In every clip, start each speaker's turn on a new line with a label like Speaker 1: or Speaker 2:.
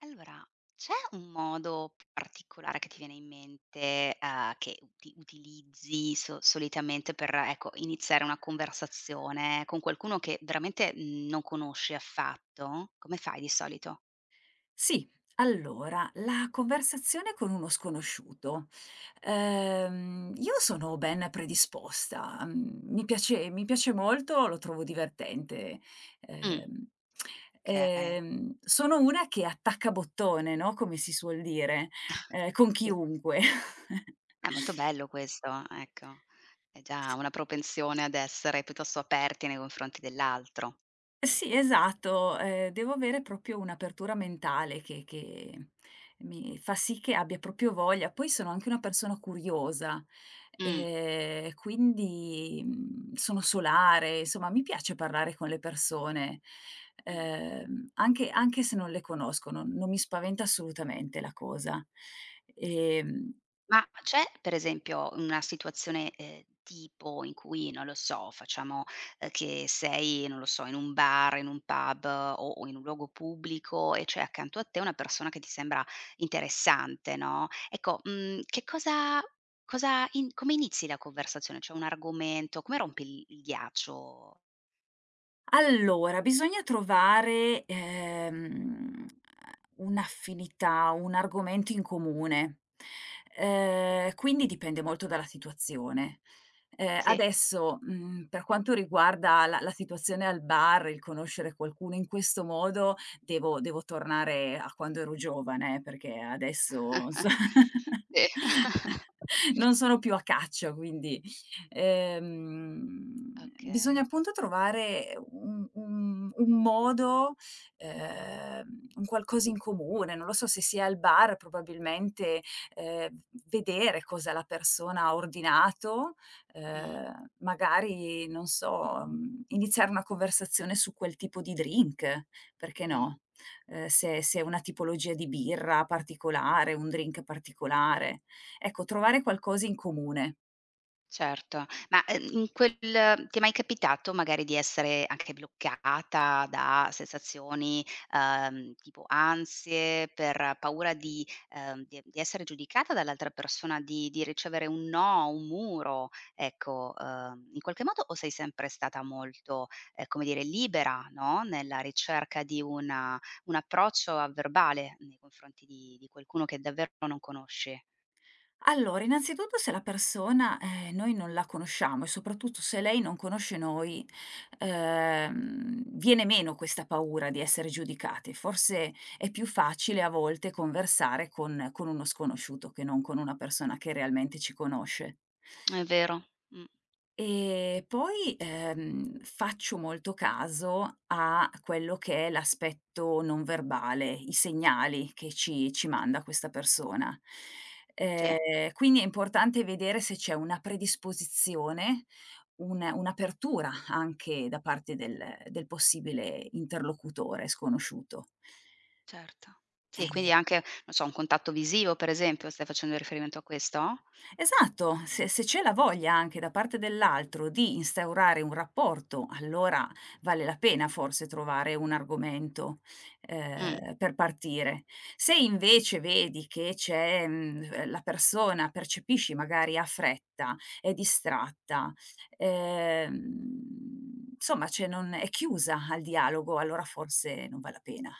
Speaker 1: Allora, c'è un modo p particolare che ti viene in mente, che utilizzi solitamente per, ecco, iniziare una conversazione con qualcuno che veramente non conosci affatto? Come fai di solito?
Speaker 2: Sì, allora, la conversazione con uno sconosciuto. Io sono ben predisposta, mhmm, mi piace molto, lo trovo divertente.
Speaker 1: Mh,
Speaker 2: Ehm,
Speaker 1: okay.
Speaker 2: Sono una che attacca bottone, no, come si suol dire, con
Speaker 1: Sì.
Speaker 2: chiunque.
Speaker 1: È molto bello questo, ecco. È già una propensione ad essere piuttosto aperti nei confronti dell'altro.
Speaker 2: Sì, esatto, devo avere proprio un'apertura mentale che mi fa sì che abbia proprio voglia. Poi sono anche una persona curiosa,
Speaker 1: Mh,
Speaker 2: quindi, mhmm, sono solare, insomma mi piace parlare con le persone,
Speaker 1: mh.
Speaker 2: anche se non le conosco, non mi spaventa assolutamente la cosa. Ehm
Speaker 1: Ma c'è per esempio una situazione, tipo in cui, non lo so, facciamo, che sei, non lo so, in un bar, in un pub o in un luogo pubblico e c'è accanto a te una persona che ti sembra interessante, no, ecco, che cosa cosa in come inizi la conversazione? C'è un argomento? Come rompi il ghiaccio?
Speaker 2: Allora, bisogna trovare, un'affinità, un argomento in comune. Quindi dipende molto dalla situazione.
Speaker 1: Sì.
Speaker 2: Adesso, mhmm, per quanto riguarda la situazione al bar, il conoscere qualcuno in questo modo, devo tornare a quando ero giovane, perché adesso so.
Speaker 1: Sì.
Speaker 2: Non sono più a caccia, quindi bisogna
Speaker 1: Okay.
Speaker 2: appunto trovare un modo, un qualcosa in comune, non lo so, se si è al bar probabilmente, ehm, vedere cosa la persona ha ordinato,
Speaker 1: Mh.
Speaker 2: magari non so, mhmm, iniziare una conversazione su quel tipo di drink, perché
Speaker 1: Mh.
Speaker 2: no? Se è una tipologia di birra particolare, un drink particolare. Ecco, trovare qualcosa in comune.
Speaker 1: Certo, ma, in quel ti è mai capitato magari di essere anche bloccata da sensazioni, tipo ansie, per paura di di essere giudicata dall'altra persona, di ricevere un no, un muro, ecco, in qualche modo o sei sempre stata molto, come dire, libera, no, nella ricerca di una un approccio a verbale nei confronti di qualcuno che davvero non conosci?
Speaker 2: Allora, innanzitutto se la persona, noi non la conosciamo e soprattutto se lei non conosce noi, viene meno questa paura di essere giudicate. Forse è più facile a volte conversare con uno sconosciuto che non con una persona che realmente ci conosce.
Speaker 1: È vero, mh,
Speaker 2: E poi, faccio molto caso a quello che è l'aspetto non verbale, i segnali che ci manda questa persona.
Speaker 1: sì.
Speaker 2: Ehm, quindi è importante vedere se c'è una predisposizione, un'apertura anche da parte del possibile interlocutore sconosciuto.
Speaker 1: Certo. Sì,
Speaker 2: Eh
Speaker 1: quindi anche, non so, un contatto visivo per esempio, stai facendo riferimento a questo?
Speaker 2: Esatto, se c'è la voglia anche da parte dell'altro di instaurare un rapporto, allora vale la pena forse trovare un argomento,
Speaker 1: Mh.
Speaker 2: per partire. Se invece vedi che c'è, mhmm, la persona percepisci magari ha fretta, è distratta, insomma, cioè non è chiusa al dialogo, allora forse non vale la pena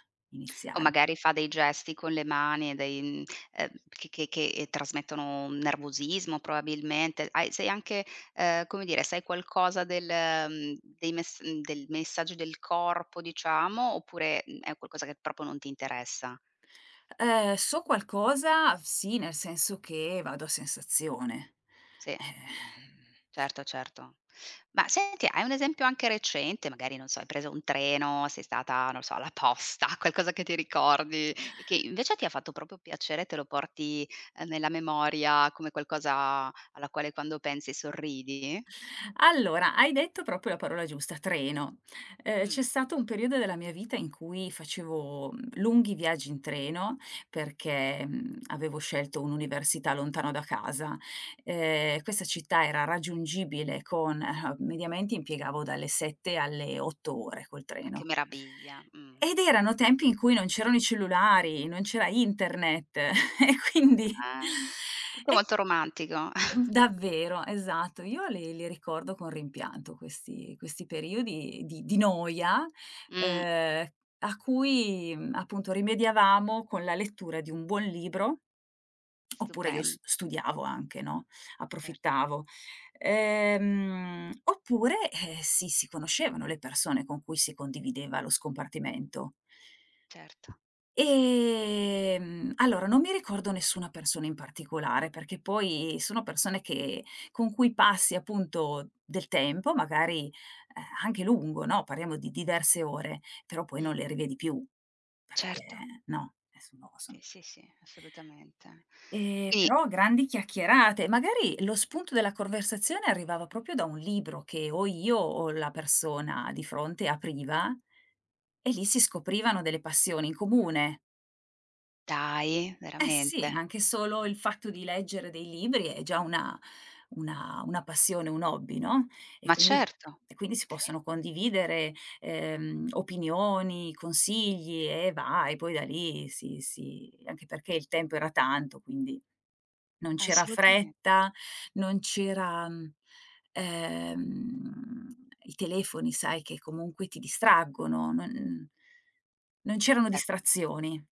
Speaker 1: O
Speaker 2: iniziare.
Speaker 1: magari fa dei gesti con le mani e che trasmettono nervosismo probabilmente. Hai sei anche, come dire, sai qualcosa del mhmm, dei mess mhmm, del messaggio del corpo diciamo, oppure, è qualcosa che proprio non ti interessa?
Speaker 2: So qualcosa, sì, nel senso che vado a sensazione.
Speaker 1: Sì.
Speaker 2: Eh.
Speaker 1: Certo, certo. Ma senti, hai un esempio anche recente, magari non so, hai preso un treno, sei stata, non lo so, alla posta, qualcosa che ti ricordi e che invece ti ha fatto proprio piacere, te lo porti, nella memoria come qualcosa alla quale quando pensi sorridi?
Speaker 2: Allora, hai detto proprio la parola giusta, treno. C'è
Speaker 1: Mh,
Speaker 2: stato un periodo della mia vita in cui facevo, mhmm, lunghi viaggi in treno perché, mhmm, avevo scelto un'università lontano da casa. Questa città era raggiungibile con mediamente impiegavo dalle 7 alle 8 ore col
Speaker 1: ma che
Speaker 2: treno.
Speaker 1: meraviglia.
Speaker 2: Ed erano tempi in cui non c'erano i cellulari, non c'era internet. E quindi
Speaker 1: Ah, tutto
Speaker 2: e
Speaker 1: molto romantico.
Speaker 2: mhmm, davvero, esatto. Io li ricordo con rimpianto questi periodi di noia,
Speaker 1: Mh,
Speaker 2: ehm, a cui, mhmm, appunto rimediavamo con la lettura di un buon libro, oppure io s
Speaker 1: stupendo.
Speaker 2: studiavo anche, no,
Speaker 1: Certo,
Speaker 2: approfittavo. Oppure, si conoscevano le persone con cui si condivideva lo scompartimento.
Speaker 1: certo. Sì.
Speaker 2: Allora non mi ricordo nessuna persona in particolare, perché poi sono persone che con cui passi appunto del tempo, magari, anche lungo, no, parliamo di diverse ore, però poi non
Speaker 1: Mh,
Speaker 2: le rivedi più,
Speaker 1: certo.
Speaker 2: perché no, sono son
Speaker 1: Sì, sì, sì, assolutamente. Quindi
Speaker 2: però grandi chiacchierate, magari lo spunto della conversazione arrivava proprio da un libro che o io o la persona di fronte apriva e lì si scoprivano delle passioni in comune.
Speaker 1: Dai,
Speaker 2: Eh sì,
Speaker 1: veramente?
Speaker 2: anche solo il fatto di leggere dei libri è già una una passione, un hobby, no, e
Speaker 1: Ma
Speaker 2: quindi
Speaker 1: certo,
Speaker 2: si
Speaker 1: sì,
Speaker 2: possono condividere, opinioni, consigli e vai, poi da lì si anche perché il tempo era tanto, quindi non c'era
Speaker 1: assolutamen
Speaker 2: fretta, non c'era, mhmm, i telefoni sai che comunque ti distraggono, non c'erano
Speaker 1: ce
Speaker 2: distrazioni.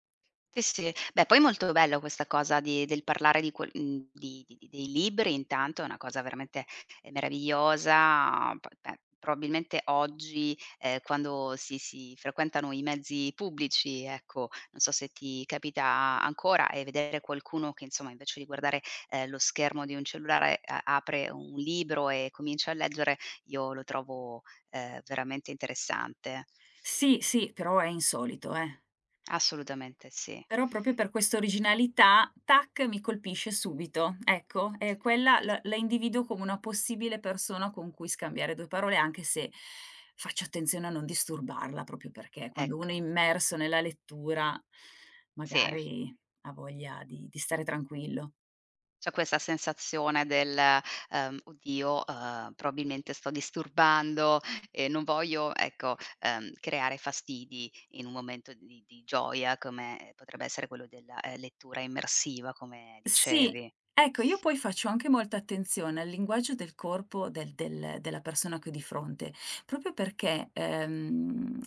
Speaker 1: Sì, sì. Beh, poi molto bello questa cosa di del parlare di quel mhmm, di- dei libri, intanto è una cosa veramente, meravigliosa, p beh, probabilmente oggi, quando si frequentano i mezzi pubblici, ecco, non so se ti capita ancora e vedere qualcuno che insomma invece di guardare, lo schermo di un cellulare a apre un libro e comincia a leggere, io lo trovo, veramente interessante.
Speaker 2: Sì, sì, però è insolito, eh.
Speaker 1: Assolutamente sì.
Speaker 2: Però proprio per questa originalità, tac, mi colpisce subito. Ecco,
Speaker 1: Sì.
Speaker 2: e quella la individuo come una possibile persona con cui scambiare 2 parole, anche se faccio attenzione a non disturbarla, proprio perché quando uno è
Speaker 1: Ecco,
Speaker 2: immerso nella lettura,
Speaker 1: sì.
Speaker 2: magari ha voglia di stare tranquillo.
Speaker 1: C'è questa sensazione del: "Oddio, probabilmente sto disturbando e non voglio, ecco, creare fastidi in un momento di gioia come potrebbe essere quello della, lettura immersiva", come
Speaker 2: Sì,
Speaker 1: dicevi.
Speaker 2: ecco, io poi faccio anche molta attenzione al linguaggio del corpo del del della persona che ho di fronte, proprio perché,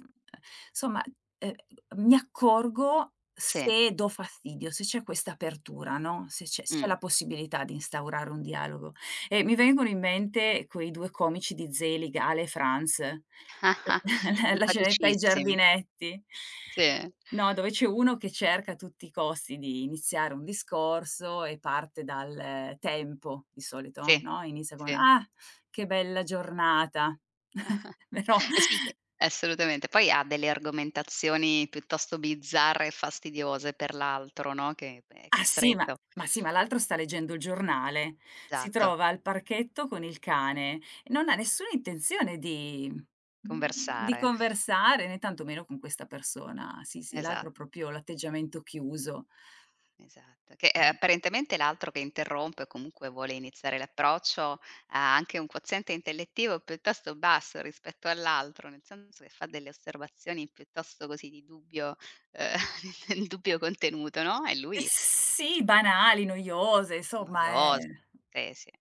Speaker 2: somma, ehm, mi accorgo
Speaker 1: Sì,
Speaker 2: se do fastidio, se c'è questa apertura, no, se c'è se c'è
Speaker 1: mh.
Speaker 2: la possibilità di instaurare un dialogo. E mi vengono in mente quei 2 comici di Zelig, Ale e Franz, l la scenetta ai
Speaker 1: Simpaticissimi.
Speaker 2: giardinetti.
Speaker 1: Sì,
Speaker 2: No, dove c'è uno che cerca a tutti i costi di iniziare un discorso e parte dal tempo di solito,
Speaker 1: sì,
Speaker 2: no, inizia con:
Speaker 1: sì.
Speaker 2: "Ah, che bella giornata." Però
Speaker 1: Eh sì, assolutamente. Poi ha delle argomentazioni piuttosto bizzarre e fastidiose per l'altro, no, che è
Speaker 2: ah sì, ma
Speaker 1: costretto.
Speaker 2: ma sì, ma l'altro sta leggendo il giornale, si
Speaker 1: Esatto.
Speaker 2: trova al parchetto con il cane, non ha nessuna intenzione di mhmm, di
Speaker 1: Conversare.
Speaker 2: conversare né tantomeno con questa persona. Sì, sì, l'altro
Speaker 1: Esatto,
Speaker 2: proprio l'atteggiamento chiuso.
Speaker 1: esatto. Che, apparentemente l'altro che interrompe o comunque vuole iniziare l'approccio ha anche un quoziente intellettivo piuttosto basso rispetto all'altro, nel senso che fa delle osservazioni piuttosto così di dubbio ehm, dubbio contenuto, no, e
Speaker 2: S
Speaker 1: lui
Speaker 2: Sì, banali, noiose, insomma,
Speaker 1: noiosa, sì, sì.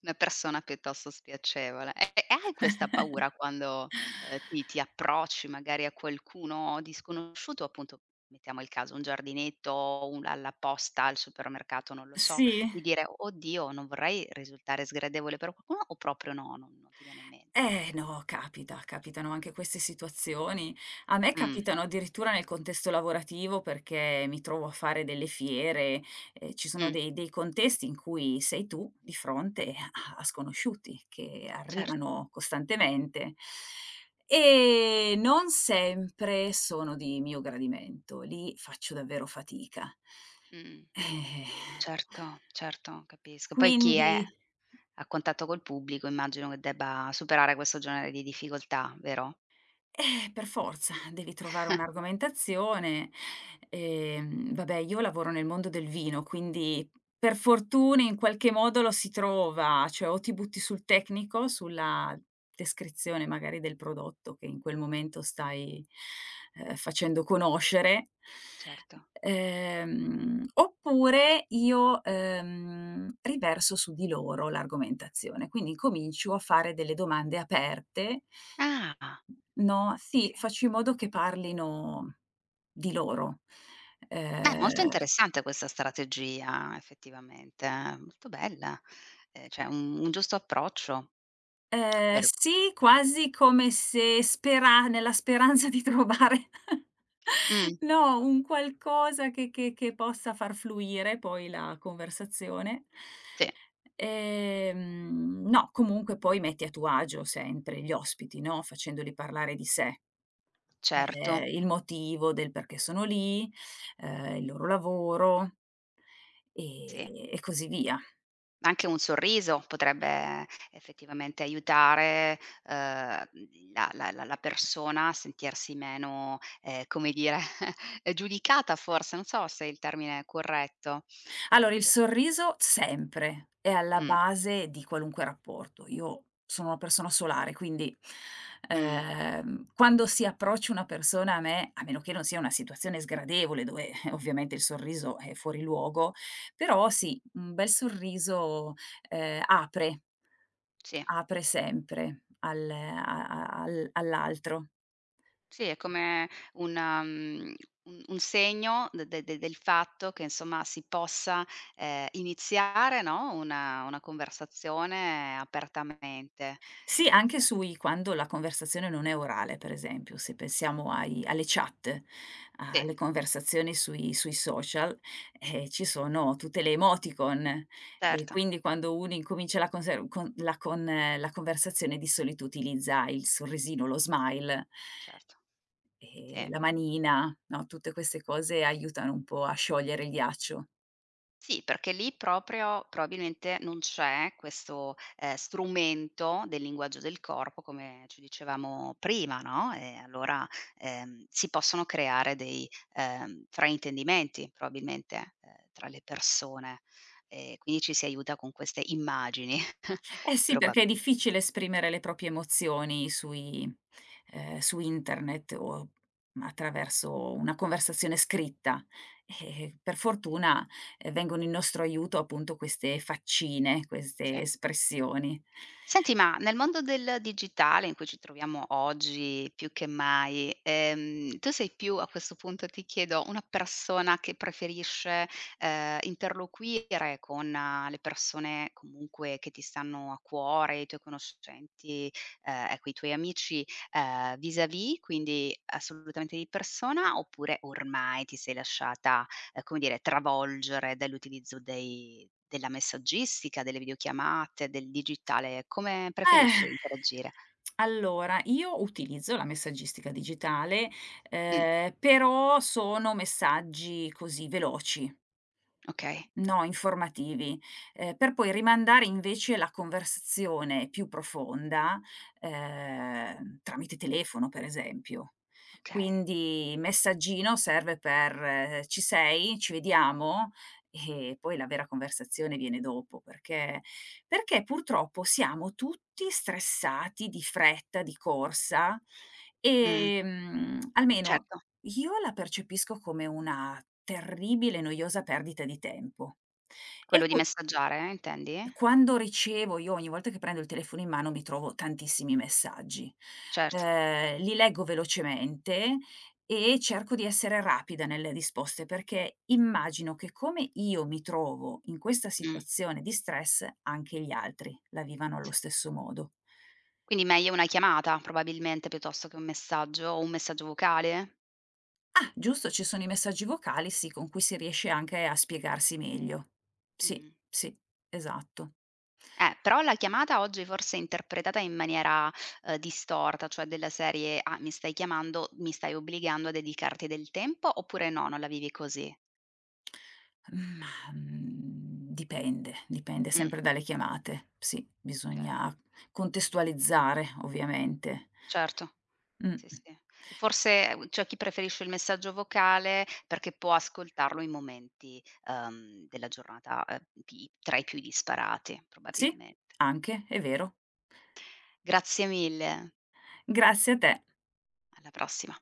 Speaker 1: Una persona piuttosto spiacevole. E hai questa paura quando, ti approcci magari a qualcuno di sconosciuto, appunto, mettiamo il caso, un giardinetto, un alla posta, al supermercato, non lo so,
Speaker 2: sì.
Speaker 1: di dire: "Oddio, non vorrei risultare sgradevole per qualcuno" o proprio no, non ti viene in mente?
Speaker 2: No, capita, capitano anche queste situazioni. A me
Speaker 1: Mh,
Speaker 2: capitano addirittura nel contesto lavorativo perché mi trovo a fare delle fiere, ci sono
Speaker 1: mh,
Speaker 2: dei contesti in cui sei tu di fronte a sconosciuti che
Speaker 1: certo,
Speaker 2: arrivano costantemente e non sempre sono di mio gradimento. Lì faccio davvero fatica.
Speaker 1: mh,
Speaker 2: Eh.
Speaker 1: certo, certo, capisco. Poi chi
Speaker 2: Quindi
Speaker 1: è a contatto col pubblico immagino che debba superare questo genere di difficoltà, vero?
Speaker 2: per forza, devi trovare un'argomentazione. Vabbè, io lavoro nel mondo del vino, quindi per fortuna in qualche modo lo si trova, cioè o ti butti sul tecnico, sulla descrizione magari del prodotto che in quel momento stai, facendo conoscere,
Speaker 1: Certo.
Speaker 2: oppure io, riverso su di loro l'argomentazione. Quindi incomincio a fare delle domande aperte.
Speaker 1: Ah,
Speaker 2: No, sì,
Speaker 1: okay.
Speaker 2: faccio in modo che parlino di loro.
Speaker 1: Beh, molto
Speaker 2: Ehm,
Speaker 1: interessante questa strategia effettivamente, molto bella. Cioè un giusto approccio per
Speaker 2: sì, quasi come se spera nella speranza di trovare
Speaker 1: mh,
Speaker 2: no, un qualcosa che possa far fluire poi la conversazione.
Speaker 1: sì,
Speaker 2: No, comunque poi metti a tuo agio sempre gli ospiti, no, facendoli parlare di sé.
Speaker 1: certo,
Speaker 2: Il motivo del perché sono lì, il loro lavoro,
Speaker 1: sì.
Speaker 2: e così via.
Speaker 1: Anche un sorriso potrebbe effettivamente aiutare, la persona a sentirsi meno, come dire, giudicata forse, non so se il termine è corretto.
Speaker 2: Allora, il
Speaker 1: P
Speaker 2: sorriso sempre è alla
Speaker 1: mh,
Speaker 2: base di qualunque rapporto. Io sono una persona solare, quindi,
Speaker 1: mh,
Speaker 2: quando si approccia una persona a me, a meno che non sia una situazione sgradevole dove, ovviamente il sorriso è fuori luogo, però sì, un bel sorriso, apre
Speaker 1: sì.
Speaker 2: apre sempre al a a al all'altro.
Speaker 1: Sì, è come una mhmm, un segno de de de del fatto che insomma si possa, iniziare, no, una conversazione apertamente,
Speaker 2: Sì, anche
Speaker 1: effettivamen
Speaker 2: sui quando la conversazione non è orale, per esempio, se pensiamo ai alle chat,
Speaker 1: sì,
Speaker 2: alle conversazioni sui social, ci sono tutte le emoticon e
Speaker 1: certo,
Speaker 2: quindi quando uno incomincia la conser con la conversazione di solito utilizza il sorrisino, lo smile,
Speaker 1: certo, sì.
Speaker 2: la manina, no, tutte queste cose aiutano un po' a sciogliere il ghiaccio.
Speaker 1: Sì, perché lì proprio probabilmente non c'è questo, strumento del linguaggio del corpo come ci dicevamo prima, no, e allora, si possono creare dei, fraintendimenti probabilmente, tra le persone e quindi ci si aiuta con queste immagini
Speaker 2: Eh sì, perché è
Speaker 1: probabilmente.
Speaker 2: difficile esprimere le proprie emozioni sui su internet o attraverso una conversazione scritta. E per fortuna, vengono in nostro aiuto appunto queste faccine, queste
Speaker 1: Sì.
Speaker 2: espressioni.
Speaker 1: Senti, ma nel mondo del digitale in cui ci troviamo oggi più che mai, tu sei più, a questo punto ti chiedo, una persona che preferisce, interloquire con le persone comunque che ti stanno a cuore, i tuoi conoscenti, ecco i tuoi amici, vis-à-vis, quindi assolutamente di persona, oppure ormai ti sei lasciata come dire, travolgere dall'utilizzo dei della messaggistica, delle videochiamate, del digitale? Come
Speaker 2: Eh,
Speaker 1: preferisci interagire?
Speaker 2: allora io utilizzo la messaggistica digitale,
Speaker 1: Mh,
Speaker 2: però sono messaggi così veloci.
Speaker 1: okay,
Speaker 2: No, informativi, per poi rimandare invece la conversazione più profonda, tramite telefono per esempio.
Speaker 1: okay.
Speaker 2: Quindi messaggino serve per: "Ci sei? Ci vediamo?" E poi la vera conversazione viene dopo, perché perché purtroppo siamo tutti stressati, di fretta, di corsa,
Speaker 1: Mh,
Speaker 2: almeno
Speaker 1: certo.
Speaker 2: io la percepisco come una terribile e noiosa perdita di tempo. E
Speaker 1: Quello di
Speaker 2: qu
Speaker 1: messaggiare intendi?
Speaker 2: Quando ricevo io ogni volta che prendo il telefono in mano mi trovo tantissimi messaggi.
Speaker 1: Certo,
Speaker 2: Li leggo velocemente e cerco di essere rapida nelle risposte, perché immagino che come io mi trovo in questa
Speaker 1: mh,
Speaker 2: situazione di stress, anche gli altri la vivano allo
Speaker 1: sì.
Speaker 2: stesso modo.
Speaker 1: Quindi meglio una chiamata probabilmente piuttosto che un messaggio o un messaggio vocale?
Speaker 2: Giusto, ci sono i messaggi vocali, sì, con cui si riesce anche a spiegarsi meglio. Sì,
Speaker 1: Mh.
Speaker 2: sì, esatto.
Speaker 1: Però la chiamata oggi forse è interpretata in maniera, distorta, cioè della serie: "Ah, mi stai chiamando, mi stai obbligando a dedicarti del tempo", oppure no, non la vivi così?
Speaker 2: Ma, mhmm, dipende, dipende
Speaker 1: Mh,
Speaker 2: sempre dalle chiamate. Sì,
Speaker 1: okay.
Speaker 2: bisogna contestualizzare ovviamente.
Speaker 1: Certo,
Speaker 2: Mh.
Speaker 1: sì, sì. Forse, c'è chi preferisce il messaggio vocale perché può ascoltarlo in momenti, della giornata, pi tra i più disparati
Speaker 2: Sì,
Speaker 1: probabilmente.
Speaker 2: anche, è vero.
Speaker 1: Grazie mille,
Speaker 2: Grazie a te.
Speaker 1: alla prossima.